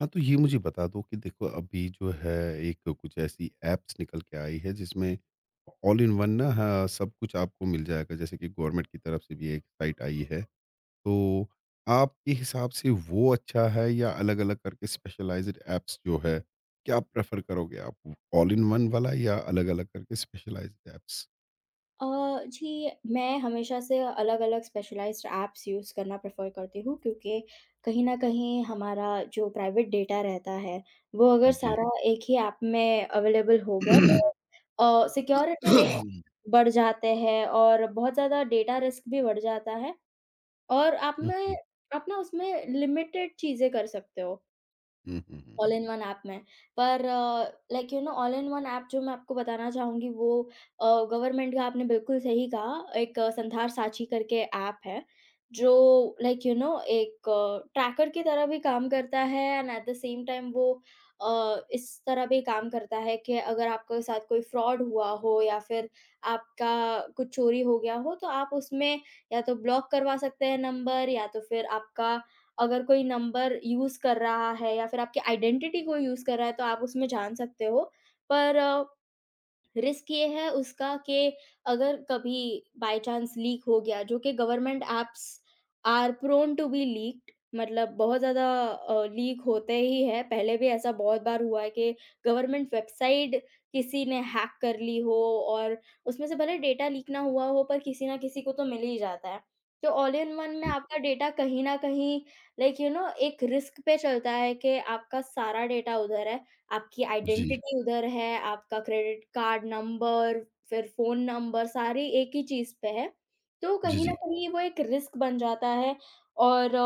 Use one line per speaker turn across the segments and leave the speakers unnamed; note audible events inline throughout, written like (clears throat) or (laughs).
हाँ, तो ये मुझे बता दो कि देखो अभी जो है एक कुछ ऐसी ऐप्स निकल के आई है जिसमें ऑल इन वन ना, हाँ, सब कुछ आपको मिल जाएगा। जैसे कि गवर्नमेंट की तरफ से भी एक साइट आई है। तो आपके हिसाब से वो अच्छा है या अलग-अलग करके स्पेशलाइज्ड ऐप्स जो है, क्या प्रेफ़र करोगे आप? ऑल इन वन वाला या अलग-अलग करके स्पेशलाइज्ड ऐप्स?
अ, जी, मैं हमेशा से अलग-अलग स्पेशलाइज़्ड ऐप्स यूज़ करना प्रेफ़र करती हूँ क्योंकि कहीं न कहीं हमारा जो प्राइवेट डेटा रहता है, वो अगर
जी।
सारा एक ही ऐप में अवेलेबल हो गया तो
(coughs)
सिक्योरिटी रिस्क
(clears throat)
बढ़ जाते हैं और बहुत ज़्यादा डेटा रिस्क भी बढ़ जाता है और
हुँ, हुँ।
आप ना उसमें लिमिटेड चीज़ें कर सकते हो।
हुँ, हुँ, हुँ।
ऑल इन वन ऐप में। पर ऑल इन वन ऐप जो मैं आपको बताना चाहूँगी वो अ, गवर्नमेंट का आपने बिल्कुल सही कहा, एक संधार साझी करके ऐप है, जो एक ट्रैकर की तरह भी काम करता है and at the same time वो इस तरह भी काम करता है कि अगर आपके साथ कोई फ्रॉड हुआ हो या फिर आपका कुछ चोरी हो गया हो, तो आप उसमें या तो ब्लॉक करवा सकते हैं नंबर या तो फिर आपका अगर कोई नंबर यूज़ कर रहा है या फिर आपकी आइडेंटिटी को यूज़ कर रहा है तो आप उसमें जान सकते हो। पर रिस्क ये है उसका कि अगर कभी बाय चांस लीक हो गया जो कि government apps are prone to be leaked. मतलब बहुत ज़्यादा लीक होते ही है, पहले भी ऐसा बहुत बार हुआ है कि गवर्नमेंट वेबसाइट किसी ने हैक कर ली हो और उसमें से भले डेटा लीक ना हुआ हो पर किसी ना किसी को तो मिल ही जाता है। तो ऑल इन वन में
जी,
आपका डेटा कहीं ना कहीं एक रिस्क पे चलता है कि आपका सारा डेटा उधर है, आपकी
जी,
आइडेंटिटी उधर है, आपका क्रेडिट कार्ड नंबर, फिर फ़ोन नंबर, सारी एक ही चीज़ पे है। तो
जी,
कहीं न
जी।
कहीं वो एक रिस्क बन जाता है। और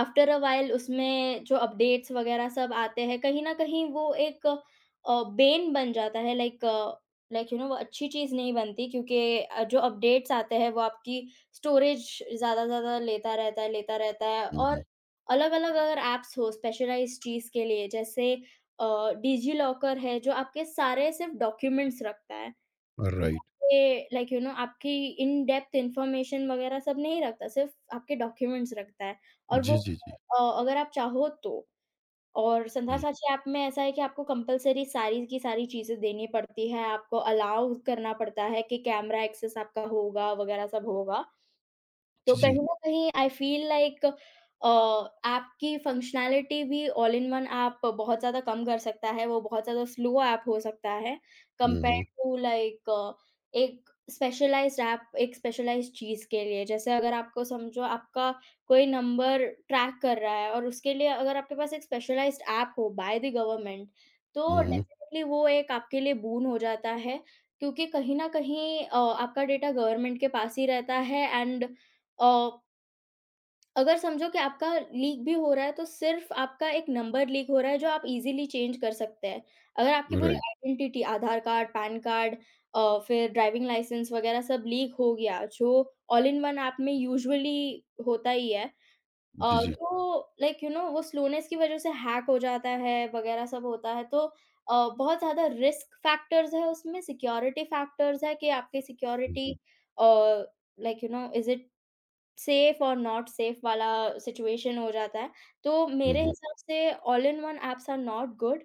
आफ्टर अ व्हाइल उसमें जो अपडेट्स वगैरह सब आते हैं, कहीं न कहीं वो एक बेन बन जाता है। लाइक लाइक यू नो वो अच्छी चीज़ नहीं बनती क्योंकि जो अपडेट्स आते हैं वो आपकी स्टोरेज ज़्यादा से ज़्यादा लेता रहता है, लेता रहता है।
हुँ,
और
हुँ।
अलग-अलग अगर ऐप्स हो स्पेशलाइज़्ड चीज़ के लिए, जैसे डिजिलॉकर है जो आपके सारे सिर्फ़ डॉक्यूमेंट्स रखता है।
राइट।
ये आपकी इन डेप्थ इन्फॉर्मेशन वगैरह सब नहीं रखता, सिर्फ़ आपके डॉक्यूमेंट्स रखता है और वो
जी, जी, जी।
अगर आप चाहो तो। और संध्या
जी,
साक्षी ऐप में ऐसा है कि आपको कंपल्सरी सारी की सारी चीज़ें देनी पड़ती है, आपको अलाउ करना पड़ता है कि कैमरा एक्सेस आपका होगा वगैरह सब होगा। तो
जी,
कहीं
जी।
न कहीं आई फ़ील लाइक आपकी फ़ंक्शनैलिटी भी ऑल इन वन ऐप बहुत ज़्यादा कम कर सकता है, वो बहुत ज़्यादा स्लो ऐप हो सकता है
हुँ,
कंपेयर
हुँ।
टू लाइक एक स्पेशलाइज़्ड ऐप एक स्पेशलाइज़्ड चीज़ के लिए। जैसे अगर आपको समझो आपका कोई नंबर ट्रैक कर रहा है और उसके लिए अगर आपके पास एक स्पेशलाइज़्ड ऐप हो बाय द गवर्नमेंट, तो
हुँ, हुँ।
डेफ़िनेटली वो एक आपके लिए बून हो जाता है, क्योंकि कहीं न कहीं आपका डेटा गवर्नमेंट के पास ही रहता है एंड अ, अगर समझो कि आपका लीक भी हो रहा है, तो सिर्फ़ आपका एक नंबर लीक हो रहा है, जो आप इज़िली चेंज कर सकते हैं। अगर आपकी पूरी
right.
Identity Aadhaar card, PAN card, फिर ड्राइविंग लाइसेंस वग़ैरह सब लीक हो गया, जो ऑल इन वन ऐप में यूजुअली होता ही है।
जी, जी।
तो वो स्लोनेस की वज़ह से हैक हो जाता है वग़ैरह सब होता है। तो बहुत ज़्यादा रिस्क फैक्टर्स हैं उसमें, सिक्योरिटी फैक्टर्स हैं कि आपकी
हुँ,
security uh, is it safe और नॉट सेफ वाला सिचुएशन हो जाता है। तो
हुँ,
मेरे
हुँ,
हिसाब से all in one apps are not good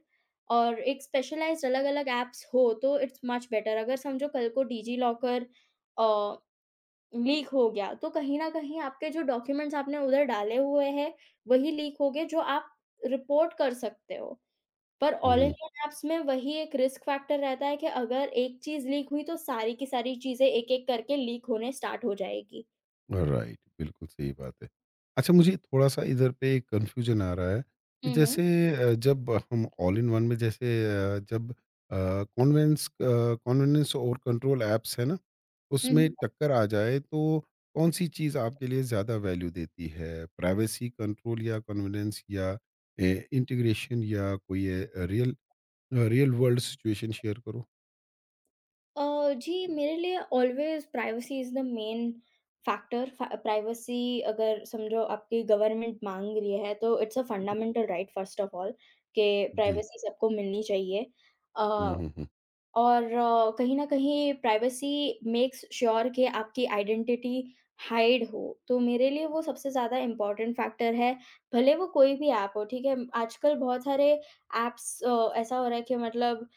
और एक स्पेशलाइज़्ड अलग-अलग ऐप्स हो तो इट्स मच बेटर। अगर समझो कल को डिजी लॉकर अ, लीक हो गया तो कहीं न कहीं आपके जो डॉक्यूमेंट्स आपने उधर डाले हुए हैं, वही लीक हो गए, जो आप रिपोर्ट कर सकते हो। पर
हुँ,
all in
hmm.
One apps में वही एक रिस्क फैक्टर रहता है कि अगर एक चीज़ लीक हुई तो सारी की सारी चीज़ें एक-एक करके लीक होने स्टार्ट हो जाएगी।
राइट, बिल्कुल सही बात है। अच्छा मुझे थोड़ा-सा इधर पे कन्फ्यूज़न आ रहा है कि
हुँ, हुँ।
जैसे जब हम ऑल इन वन में जैसे, अ, जब अ, कॉन्वेंस अ, कन्वीनियंस और कंट्रोल ऐप्स है ना,
हुँ,
उसमें
हुँ।
टक्कर आ जाए तो कौन-सी चीज़ आपके लिए ज़्यादा वैल्यू देती है? प्राइवेसी कंट्रोल या कन्वीनियंस या ए इंटीग्रेशन या कोई रियल वर्ल्ड सिचुएशन शेयर करो?
जी, मेरे लिए always privacy is the main factor. फ प्राइवेसी अगर समझो आपकी गवर्नमेंट माँग रही है, तो it's a fundamental right first of all कि
जी।
प्राइवेसी सबको मिलनी चाहिए। अ
हुँ, हुँ, हुँ।
और कहीं न कहीं प्राइवेसी मेक्स श्योर कि आपकी आइडेंटिटी हाइड हो, तो मेरे लिए वो सबसे ज़्यादा इम्पोर्टेंट फैक्टर है, भले वो कोई भी ऐप हो, ठीक है? आजकल बहुत सारे ऐप्स ऐसा हो रहा है कि मतलब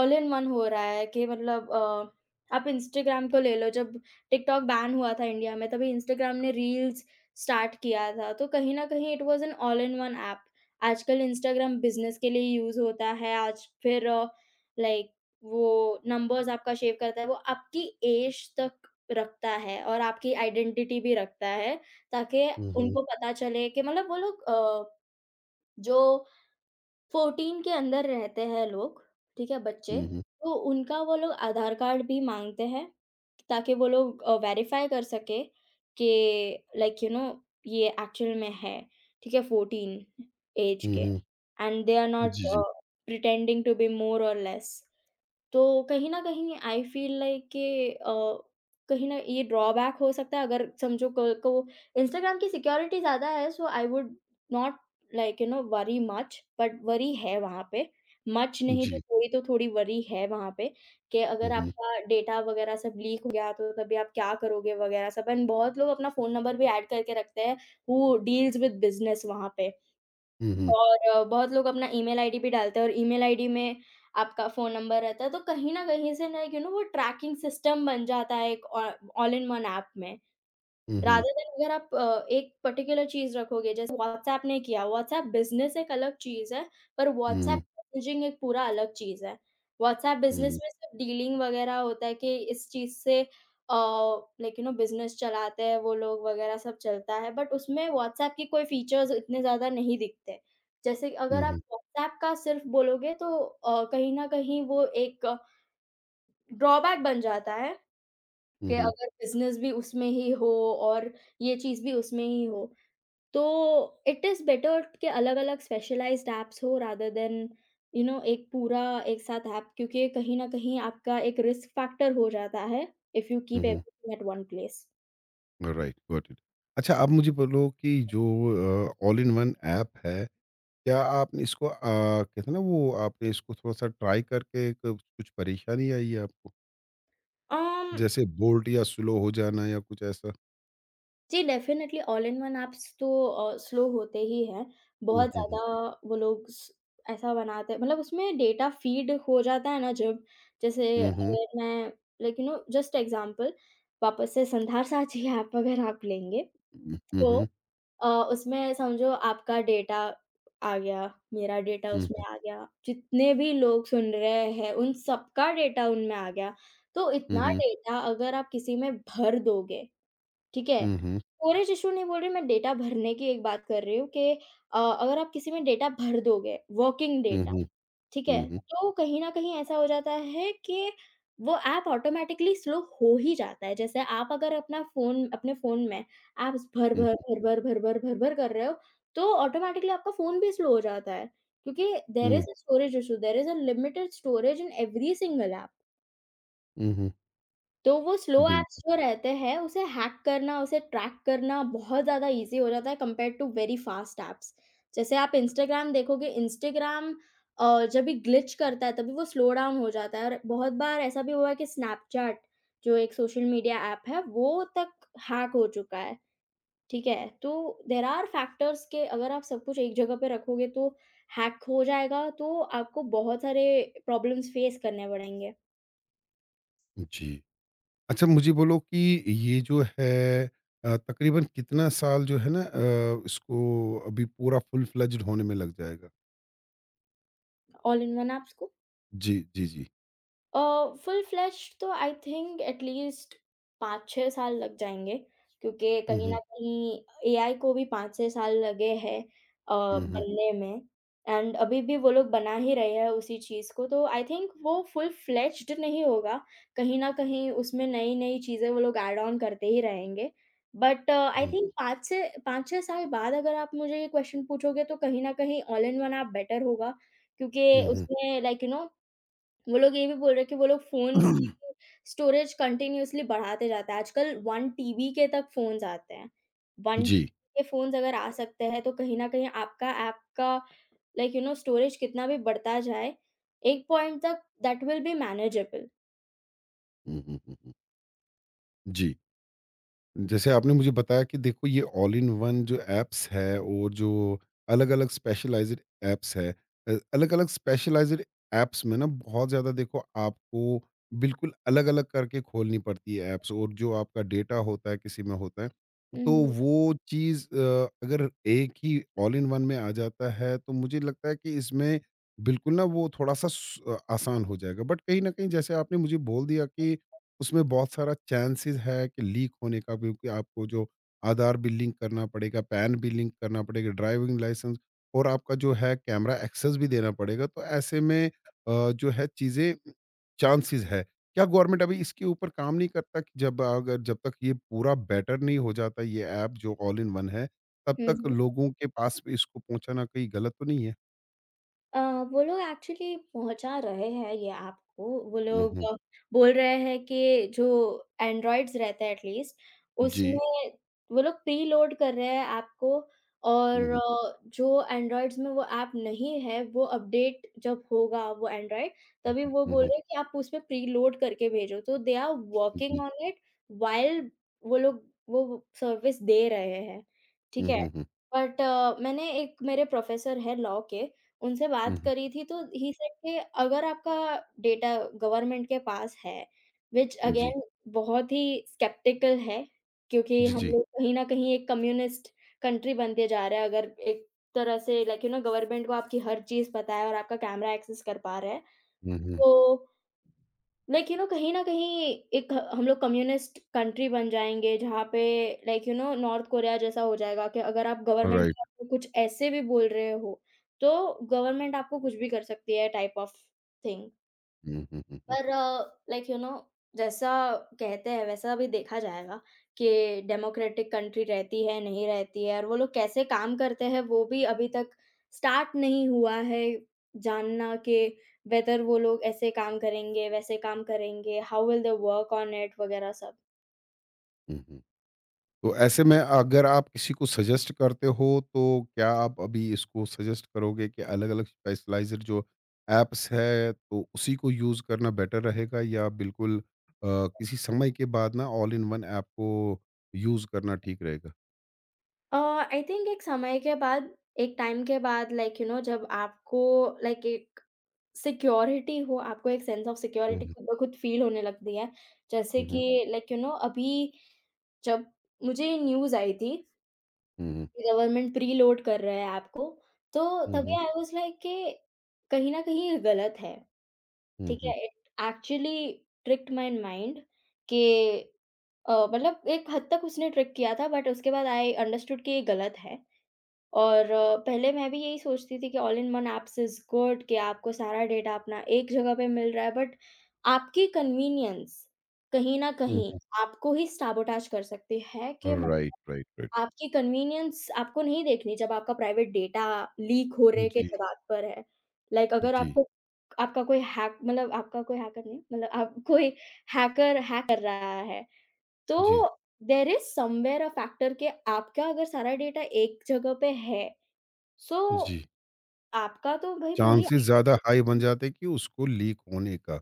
ऑल इन वन हो रहा है कि मतलब आप इंस्टाग्राम को ले लो, जब टिकटॉक बैन हुआ था इंडिया में, तभी इंस्टाग्राम ने रील्स स्टार्ट किया था, तो कहीं न कहीं it was an all in one app. आजकल इंस्टाग्राम बिज़नेस के लिए यूज़ होता है, आज फिर लाइक वो नंबर्स आपका शेव करता है, वो आपकी ऐज तक रखता है और आपकी आइडेंटिटी भी रखता है, ताकि
हुँ, हुँ।
उनको पता चले कि मतलब वो लोग जो 14 के अंदर रहते हैं लोग, ठीक है, बच्चे,
हुँ, हुँ।
तो उनका वो लोग आधार कार्ड भी माँगते हैं, ताकि वो लोग वेरीफाई कर सके कि लाइक यू नो ये एक्चुअल में है, ठीक है, 14 ऐज
हुँ,
के
हुँ।
एंड दे आर नॉट
जी, जी।
Pretending to be more or less. तो कहीं न कहीं आई फ़ील लाइक कि कहीं न ये ड्रॉबैक हो सकता है। अगर समझो क को इंस्टाग्राम की सिक्योरिटी ज़्यादा है, so I would not worry much but worry है वहाँ पे। मच नहीं तो
जी।
थोड़ी, तो थोड़ी वरी है वहाँ पे कि अगर
हुँ, हुँ।
आपका डेटा वग़ैरह सब लीक हो गया तो तभी आप क्या करोगे वग़ैरह सब। एंड बहुत लोग अपना फ़ोन नंबर भी ऐड करके रखते हैं, हू डील्स विद बिज़नेस वहाँ पे।
हुँ, हुँ।
और बहुत लोग अपना ईमेल आईडी भी डालते हैं और ईमेल आईडी में आपका फ़ोन नंबर रहता है, तो कहीं न कहीं से ना, वो ट्रैकिंग सिस्टम बन जाता है एक ऑ ऑल इन वन ऐप में।
हुँ, हुँ।
रादर देन अगर आप एक पर्टिकुलर चीज़ रखोगे, जैसे व्हाट्सऐप ने किया, व्हाट्सऐप बिज़नेस एक अलग चीज़ है, पर
हुँ,
व्हाट्सऐप
हुँ।
मैसेजिंग एक पूरा अलग चीज़ है। व्हाट्सऐप
हुँ,
बिज़नेस
हुँ।
में सिर्फ़ डीलिंग वगैरह होता है कि इस चीज़ से बिज़नेस चलाते हैं वो लोग वगैरह सब चलता है, बट उसमें व्हाट्सऐप के कोई फ़ीचर्स इतने ज़्यादा नहीं दिखते। जैसे अगर
हुँ,
आप
हुँ।
व्हाट्सऐप का सिर्फ़ बोलोगे तो कहीं न कहीं वो एक ड्रॉबैक बन जाता है कि
हुँ,
अगर बिज़नेस भी उसमें ही हो और ये चीज़ भी उसमें ही हो, तो इट इज़ बेटर कि अलग-अलग स्पेशलाइज़्ड ऐप्स हो रादर देन एक पूरा एक साथ ऐप, क्योंकि कहीं न कहीं आपका एक रिस्क फैक्टर हो जाता है, if you
hmm,
keep
hmm.
Everything at one place.
Right, got it. अच्छा आप मुझे बोलो कि जो ऑल इन वन ऐप है, क्या आपने इसको कहते हैं ना, वो आपने इसको थोड़ा-सा ट्राई करके क कुछ परेशानी आई है आपको?
अम
जैसे बोल्ट या स्लो हो जाना या कुछ ऐसा?
जी, डेफ़िनेटली ऑल-इन-वन ऐप्स तो स्लो होते ही हैं।
हुँ,
बहुत
हुँ,
ज़्यादा
हुँ।
वो लोग स ऐसा बनाते हैं, मतलब उसमें डेटा फ़ीड हो जाता है ना, जब जैसे
हुँ, हुँ।
अगर मैं जस्ट एग्ज़ाम्पल वापस से संधार साझी (laughs) ऐप अगर आप लेंगे
हुँ, हुँ,
तो
हुँ।
उसमें समझो आपका डेटा आ गया, मेरा डेटा उसमें आ गया, जितने भी लोग सुन रहे हैं उन सबका डेटा उनमें आ गया। तो
हुँ,
इतना
हुँ।
डेटा अगर आप किसी में भर दोगे, ठीक है?
हुँ, हुँ।
स्टोरेज इश्यू नहीं बोल रही मैं, डेटा भरने की एक बात कर रही हूँ कि अगर आप किसी में डेटा भर दोगे, वर्किंग
हुँ,
डेटा,
हुँ। हुँ, हुँ।
ठीक
हुँ,
है?
हुँ।
तो कहीं न कहीं ऐसा हो जाता है कि वो ऐप ऑटोमैटिकली स्लो हो ही जाता है। जैसे आप अगर अपना फ़ोन अपने फ़ोन में ऐप्स भर-भर, भर-भर, भर-भर, भर-भर कर रहे हो, तो ऑटोमैटिकली आपका फ़ोन भी स्लो हो जाता है। क्योंकि
हुँ,
there
hmm.
Is a storage issue, there is a limited storage in every single app.
हुँ, हुँ।
तो वो स्लो
बिल्क
ऐप्स जो रहते हैं, उसे हैक करना, उसे ट्रैक करना बहुत ज़्यादा ईज़ी हो जाता है compared to very fast apps. जैसे आप इंस्टाग्राम देखोगे, इंस्टाग्राम जब भी ग्लिच करता है, तभी वो स्लो डाउन हो जाता है और बहुत बार ऐसा भी हुआ है कि स्नैपचैट, जो एक सोशल मीडिया ऐप है, वो तक हैक हो चुका है, ठीक है? तो देयर आर फैक्टर्स के अगर आप सब कुछ एक जगह पे रखोगे, तो हैक हो जाएगा, तो आपको बहुत सारे प्रॉब्लम्स फेस करने पड़ेंगे,
जी। अच्छा मुझे बोलो कि ये जो है तकरीबन कितना साल जो है ना, इसको अभी पूरा फुल फ्लेज्ड होने में लग जाएगा?
ऑल इन वन ऐप्स को।
जी, जी, जी।
फुल फ्लेश्ड तो आई थिंक एटलीस्ट 5-6 साल लग जाएँगे, क्योंकि
हुँ,
कहीं न
हुँ।
कहीं एआई को भी 5-6 साल लगे हैं अ,
हुँ, हुँ।
बनने में, एंड अभी भी वो लोग बना ही रहे हैं उसी चीज़ को, तो आई थिंक वो फुल फ्लेश्ड नहीं होगा, कहीं न कहीं उसमें नई-नई चीज़ें वो लोग ऐड ऑन करते ही रहेंगे। बट आई थिंक 5 से 5-6 साल बाद अगर आप मुझे ये क्वेश्चन पूछोगे, तो कहीं न कहीं all in one app better होगा, क्योंकि
हुँ, हुँ, हुँ।
उसमें लाइक यू नो वो लोग ये भी बोल रहे हैं कि वो लोग फ़ोन्स की
(clears throat)
स्टोरेज कंटिन्यूअसली बढ़ाते जाते हैं। आजकल 1 टीबी के तक फ़ोन्स आते हैं। 1
जी।
टीबी के फ़ोन्स अगर आ सकते हैं, तो कहीं न कहीं आपका ऐप का लाइक यू नो स्टोरेज कितना भी बढ़ता जाए, एक पॉइंट तक दैट विल बी मैनेजेबल।
हुँ, हुँ, हुँ, हुँ। जी। जैसे आपने मुझे बताया कि देखो ये ऑल इन वन जो एप्स है और जो अलग अलग स्पेशलाइज्ड एप्स है, अलग अलग स्पेशलाइज्ड एप्स में ना बहुत ज़्यादा देखो आपको बिल्कुल अलग अलग करके खोलनी पड़ती है एप्स और जो आपका डेटा होता है किसी में होता है।
हुँ,
तो
हुँ।
वो चीज़ अगर एक ही ऑल इन वन में आ जाता है तो मुझे लगता है कि इसमें बिल्कुल ना वो थोड़ा सा आसान हो जाएगा, बट कहीं ना कहीं जैसे आपने मुझे बोल दिया कि उसमें बहुत सारा चांसेस है कि लीक होने का, क्योंकि आपको जो आधार भी लिंक करना पड़ेगा, पैन भी लिंक करना पड़ेगा, ड्राइविंग लाइसेंस और आपका जो है कैमरा एक्सेस भी देना पड़ेगा। तो ऐसे में जो है चीज़ें चांसेस है। क्या गवर्नमेंट अभी इसके ऊपर काम नहीं करता कि जब अगर जब तक ये पूरा बेटर नहीं हो जाता ये ऐप जो ऑल इन वन है, तब
हुँ,
तक
हुँ।
लोगों के पास भी इसको पहुँचाना कहीं गलत तो नहीं है?
अ, वो लोग एक्चुअली पहुँचा रहे हैं ये आपको, वो
हुँ,
लोग
हुँ।
बोल रहे हैं कि जो एंड्रॉइड्स रहते हैं एटलीस्ट, उसमें
जी।
वो लोग प्रीलोड कर रहे हैं ऐप को, और
हुँ, हुँ।
जो एंड्रॉइड्स में वो ऐप नहीं है, वो अपडेट जब होगा वो एंड्रॉइड, तभी वो
हुँ,
बोल
हुँ।
रहे हैं कि आप उसमें प्रीलोड करके भेजो, तो दे आर वर्किंग
जी।
ऑन इट, व्हाइल वो लोग वो सर्विस दे रहे हैं, ठीक
हुँ,
है?
हुँ, हुँ।
बट मैंने एक मेरे प्रोफ़ेसर हैं लॉ के, उनसे
हुँ,
बात
हुँ।
करी थी, तो ही सेड कि अगर आपका डेटा गवर्नमेंट के पास है, व्हिच
जी।
अगेन बहुत ही स्केप्टिकल है, क्योंकि
जी,
हम
जी।
लोग कहीं न कहीं एक कम्युनिस्ट कंट्री बनते जा रहे हैं, अगर एक तरह से लाइक यू नो गवर्नमेंट को आपकी हर चीज़ पता है और आपका कैमरा एक्सेस कर पा रहा है,
हुँ, हुँ।
तो लाइक यू नो कहीं न कहीं एक हम लोग कम्युनिस्ट कंट्री बन जाएँगे, जहाँ पे like you know North Korea जैसा हो जाएगा कि अगर आप गवर्नमेंट के
राइट।
बारे में कुछ ऐसे भी बोल रहे हो, तो गवर्नमेंट आपको कुछ भी कर सकती है टाइप ऑफ थिंग।
हुँ, हुँ, हुँ, हुँ,
पर लाइक यू नो जैसा कहते हैं वैसा भी देखा जाएगा कि डेमोक्रेटिक कंट्री रहती है, नहीं रहती है और वो लोग कैसे काम करते हैं, वो भी अभी तक स्टार्ट नहीं हुआ है जानना कि वेदर वो लोग ऐसे काम करेंगे, वैसे काम करेंगे, how will they work on it वगैरह सब।
हुँ, हुँ। तो ऐसे में अगर आप किसी को सजेस्ट करते हो तो क्या आप अभी इसको सजेस्ट करोगे कि अलग-अलग स्पेशलाइज़्ड जो ऐप्स है तो उसी को यूज़ करना बेटर रहेगा या बिल्कुल किसी समय के बाद ना ऑल इन वन ऐप को यूज़ करना ठीक रहेगा?
अ, आई थिंक एक समय के बाद, एक टाइम के बाद लाइक यू नो जब आपको लाइक एक सिक्योरिटी हो, आपको एक सेंस ऑफ
हुँ,
सिक्योरिटी
हुँ।
खुद ब खुद फ़ील होने लगती है। जैसे
हुँ, हुँ।
कि लाइक यू नो अभी जब मुझे न्यूज़ आई थी
हुँ, हुँ।
कि गवर्नमेंट प्रीलोड कर रहा है ऐप को, तो
हुँ,
तभी
हुँ।
आई वाज़ लाइक कि कहीं न कहीं ये गलत है,
हुँ,
ठीक
हुँ।
है? It actually tricked my mind कि मतलब एक हद तक उसने ट्रिक किया था, बट उसके बाद आई अंडरस्टूड कि ये गलत है। और पहले मैं भी यही सोचती थी कि all in one apps is good कि आपको सारा डेटा अपना एक जगह पे मिल रहा है, बट आपकी कन्वीनियंस कहीं न
हुँ,
कहीं
हुँ।
आपको ही सैबोटाज कर सकती है कि म
राइट, राइट, राइट।
आपकी कन्वीनियंस आपको नहीं देखनी जब आपका प्राइवेट डेटा लीक हो रहे के
जी,
दगार पर है। लाइक अगर
जी,
आपको आपका कोई हैक मतलब आपका कोई हैकर नहीं मतलब आप (laughs) कोई हैकर हैक कर रहा है,
जी,
तो there is somewhere a factor कि आपका अगर सारा डेटा एक जगह पे है, सो
जी।
आपका तो भाई पूरी
चांसेस ज़्यादा
आइडिया।
हाई बन जाते हैं कि उसको लीक होने का।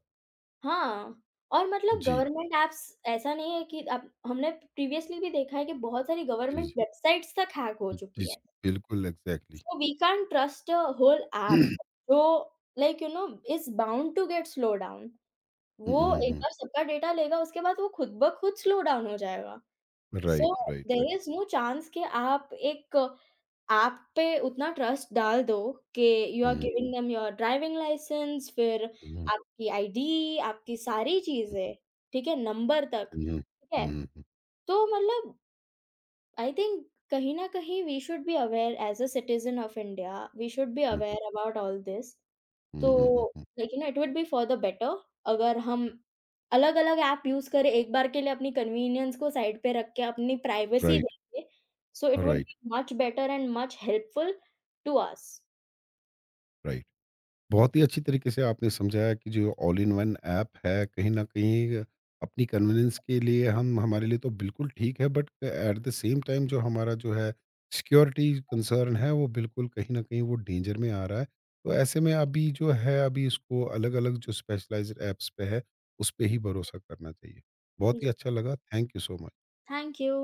हाँ, और मतलब
जी।
गवर्नमेंट ऐप्स ऐसा नहीं है कि अब, हमने प्रीवियसली भी देखा है कि बहुत सारी
जी,
गवर्नमेंट
जी।
वेबसाइट्स तक हैक हो
जी,
चुकी
जी।
है।
बिल्कुल एग्ज़ैक्टली।
So we can't trust a whole app जो like you know is bound to get slow down.
हुँ,
वो
हुँ, हुँ,
एक
हुँ।
बार सबका डेटा लेगा, उसके बाद वो खुद ब खुद स्लो डाउन हो जाएगा।
Right,
so
right, right.
There is no chance कि आप पे उतना ट्रस्ट डाल दो कि यू
हुँ,
आर, जी,
हुँ,
giving them your driving licence, फिर
हुँ,
आपकी आईडी, आपकी सारी
हुँ,
चीज़ें, ठीक है? नंबर तक,
हुँ, हुँ,
ठीक है?
हुँ, हुँ, हुँ,
तो मतलब आई थिंक कहीं न कहीं we should be aware as a citizen of India, we should be
hmm, hmm,
aware about all this.
Hmm,
तो
हुँ, हुँ, hmm,
like you know it would be for the better अगर हम अलग-अलग app use करें, एक बार के लिए अपनी convenience को साइड पे रख के अपनी प्राइवेसी
राइट,
देंगे, so it would
right,
be much better and much helpful to us.
Right. (clears throat) बहुत ही अच्छी तरीके से आपने समझाया कि जो ऑल इन वन ऐप है कहीं ना कहीं अपनी कन्वीनियंस के लिए हम हमारे लिए तो बिल्कुल ठीक है, but at the same time जो हमारा जो है सिक्योरिटी कंसर्न है वो बिल्कुल कहीं ना कहीं वो डेंजर में आ रहा है। तो ऐसे में अभी जो है अभी इसको अलग अलग जो स्पेशलाइज्ड ऐप्स पे है उस पर ही भरोसा करना चाहिए। बहुत
जी,
ही अच्छा लगा, thank you so much.
Thank you.